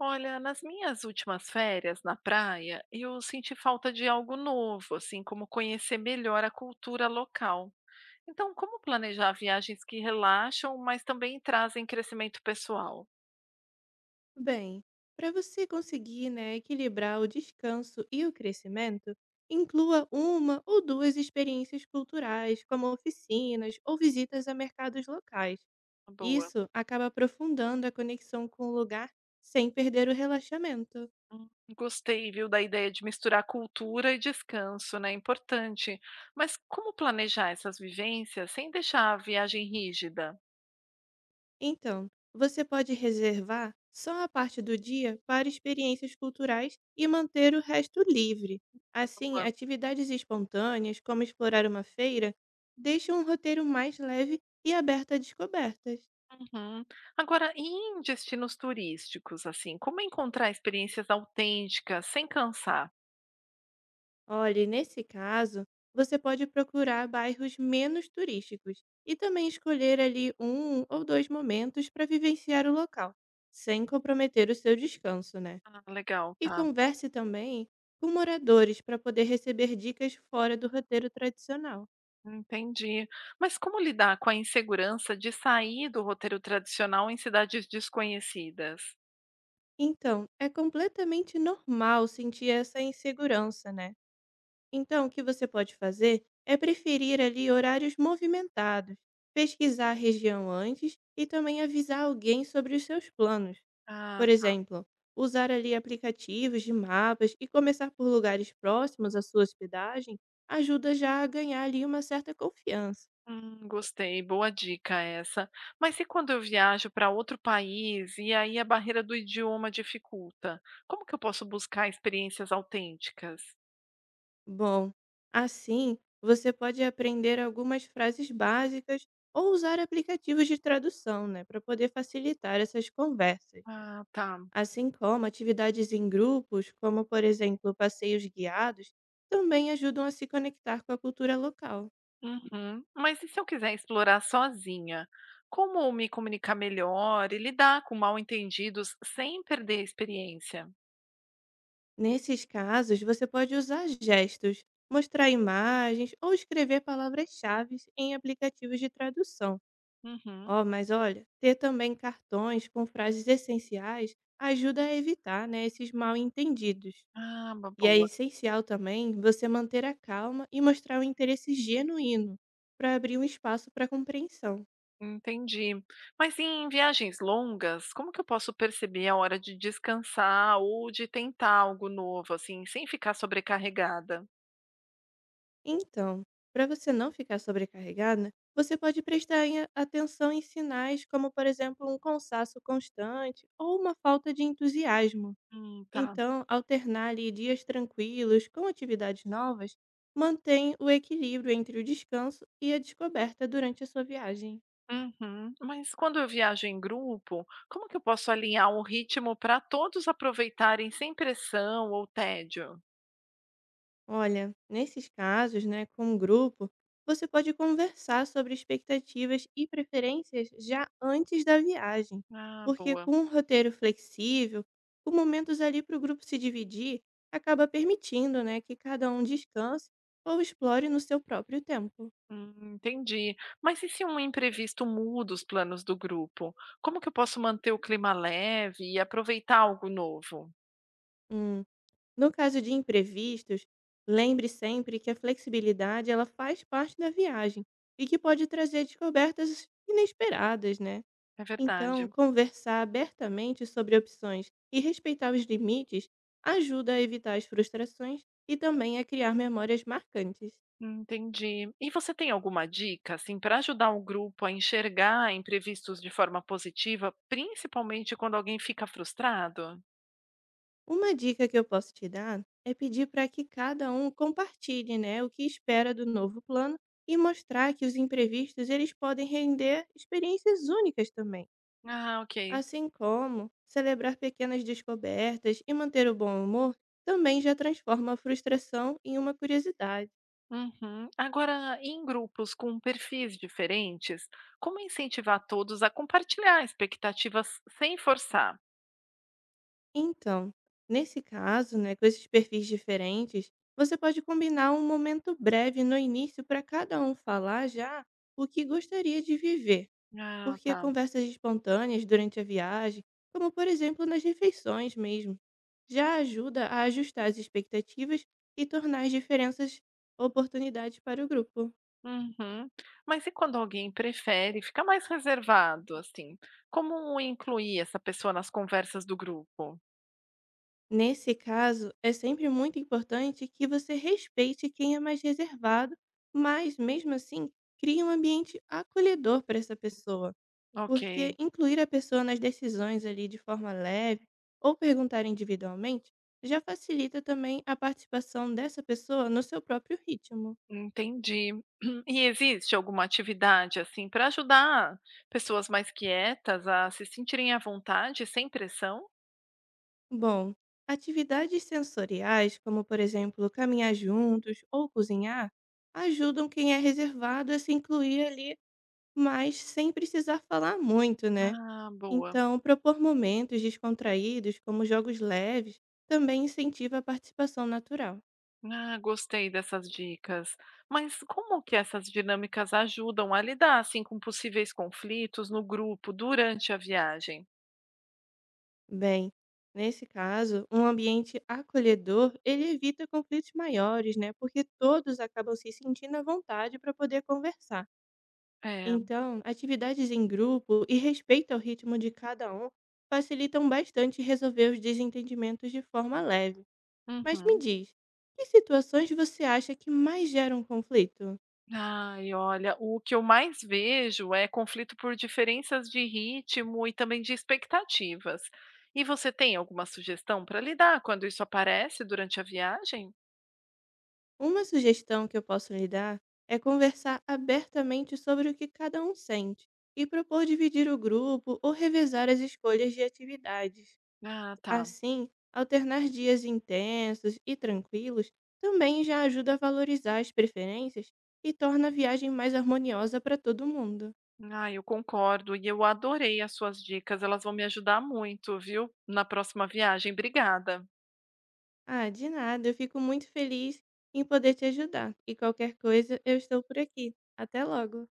Olha, nas minhas últimas férias na praia, eu senti falta de algo novo, assim como conhecer melhor a cultura local. Então, como planejar viagens que relaxam, mas também trazem crescimento pessoal? Bem, para você conseguir, né, equilibrar o descanso e o crescimento, inclua uma ou duas experiências culturais, como oficinas ou visitas a mercados locais. Boa. Isso acaba aprofundando a conexão com o lugar sem perder o relaxamento. Hum, Gostei, viu, da ideia de misturar cultura e descanso, né? É importante. Mas como planejar essas vivências sem deixar a viagem rígida? Então, você pode reservar só a parte do dia para experiências culturais e manter o resto livre. Assim, atividades espontâneas, como explorar uma feira, deixam um roteiro mais leve e aberto a descobertas. Uhum. Agora, e em destinos turísticos, assim, como encontrar experiências autênticas sem cansar? Olhe, nesse caso, você pode procurar bairros menos turísticos e também escolher ali um ou dois momentos para vivenciar o local, sem comprometer o seu descanso, né? Ah, legal, E tá. converse também com moradores para poder receber dicas fora do roteiro tradicional. Entendi. Mas como lidar com a insegurança de sair do roteiro tradicional em cidades desconhecidas? Então, é completamente normal sentir essa insegurança, né? Então, o que você pode fazer é preferir ali horários movimentados, pesquisar a região antes e também avisar alguém sobre os seus planos. Ah, Por exemplo, usar ali aplicativos de mapas e começar por lugares próximos à sua hospedagem ajuda já a ganhar ali uma certa confiança. Gostei, boa dica essa. Mas e quando eu viajo para outro país e aí a barreira do idioma dificulta? Como que eu posso buscar experiências autênticas? Bom, assim você pode aprender algumas frases básicas ou usar aplicativos de tradução, né, para poder facilitar essas conversas. Ah, tá. Assim como atividades em grupos, como por exemplo passeios guiados, também ajudam a se conectar com a cultura local. Uhum. Mas e se eu quiser explorar sozinha? Como me comunicar melhor e lidar com mal-entendidos sem perder a experiência? Nesses casos, você pode usar gestos, mostrar imagens ou escrever palavras-chave em aplicativos de tradução. Uhum. Ó, mas olha, ter também cartões com frases essenciais ajuda a evitar, né, esses mal-entendidos. Ah, uma E é boa. essencial também você manter a calma e mostrar um interesse genuíno para abrir um espaço para compreensão. Entendi. Mas em viagens longas, como que eu posso perceber a hora de descansar ou de tentar algo novo, assim, sem ficar sobrecarregada? Então, para você não ficar sobrecarregada, você pode prestar atenção em sinais como, por exemplo, um cansaço constante ou uma falta de entusiasmo. Tá. Então, alternar ali dias tranquilos com atividades novas mantém o equilíbrio entre o descanso e a descoberta durante a sua viagem. Uhum. Mas quando eu viajo em grupo, como que eu posso alinhar o ritmo para todos aproveitarem sem pressão ou tédio? Olha, nesses casos, né, com o grupo, você pode conversar sobre expectativas e preferências já antes da viagem, Ah, porque boa. com um roteiro flexível, com momentos ali para o grupo se dividir, acaba permitindo, né, que cada um descanse ou explore no seu próprio tempo. Entendi. Mas e se um imprevisto muda os planos do grupo? Como que eu posso manter o clima leve e aproveitar algo novo? Hum. No caso de imprevistos, lembre sempre que a flexibilidade ela faz parte da viagem e que pode trazer descobertas inesperadas, né? É verdade. Então, conversar abertamente sobre opções e respeitar os limites ajuda a evitar as frustrações e também a criar memórias marcantes. Entendi. E você tem alguma dica, assim, para ajudar o grupo a enxergar imprevistos de forma positiva, principalmente quando alguém fica frustrado? Uma dica que eu posso te dar é pedir para que cada um compartilhe, né, o que espera do novo plano e mostrar que os imprevistos eles podem render experiências únicas também. Ah, ok. Assim como celebrar pequenas descobertas e manter o bom humor também já transforma a frustração em uma curiosidade. Uhum. Agora, em grupos com perfis diferentes, como incentivar todos a compartilhar expectativas sem forçar? Então, nesse caso, né, com esses perfis diferentes, você pode combinar um momento breve no início para cada um falar já o que gostaria de viver, Ah, porque tá. conversas espontâneas durante a viagem, como por exemplo nas refeições mesmo, já ajuda a ajustar as expectativas e tornar as diferenças oportunidades para o grupo. Uhum. Mas e quando alguém prefere ficar mais reservado, assim? Como incluir essa pessoa nas conversas do grupo? Nesse caso, é sempre muito importante que você respeite quem é mais reservado, mas mesmo assim, crie um ambiente acolhedor para essa pessoa, Ok, porque incluir a pessoa nas decisões ali de forma leve ou perguntar individualmente já facilita também a participação dessa pessoa no seu próprio ritmo. entendi. E existe alguma atividade, assim, para ajudar pessoas mais quietas a se sentirem à vontade, sem pressão? Bom, atividades sensoriais, como por exemplo caminhar juntos ou cozinhar, ajudam quem é reservado a se incluir ali mas sem precisar falar muito, né? Ah, boa. Então, propor momentos descontraídos, como jogos leves, também incentiva a participação natural. Ah, gostei dessas dicas. Mas como que essas dinâmicas ajudam a lidar, assim, com possíveis conflitos no grupo durante a viagem? Bem, nesse caso, um ambiente acolhedor, ele evita conflitos maiores, né? Porque todos acabam se sentindo à vontade para poder conversar. É. Então, atividades em grupo e respeito ao ritmo de cada um facilitam bastante resolver os desentendimentos de forma leve. Mas me Uhum. diz, que situações você acha que mais geram conflito? Ai, olha, o que eu mais vejo é conflito por diferenças de ritmo e também de expectativas. E você tem alguma sugestão para lidar quando isso aparece durante a viagem? Uma sugestão que eu posso lhe dar é conversar abertamente sobre o que cada um sente e propor dividir o grupo ou revezar as escolhas de atividades. Ah, tá. Assim, alternar dias intensos e tranquilos também já ajuda a valorizar as preferências e torna a viagem mais harmoniosa para todo mundo. Ah, eu concordo. E eu adorei as suas dicas. Elas vão me ajudar muito, viu? Na próxima viagem. Obrigada. Ah, de nada. Eu fico muito feliz em poder te ajudar. E qualquer coisa, eu estou por aqui. Até logo.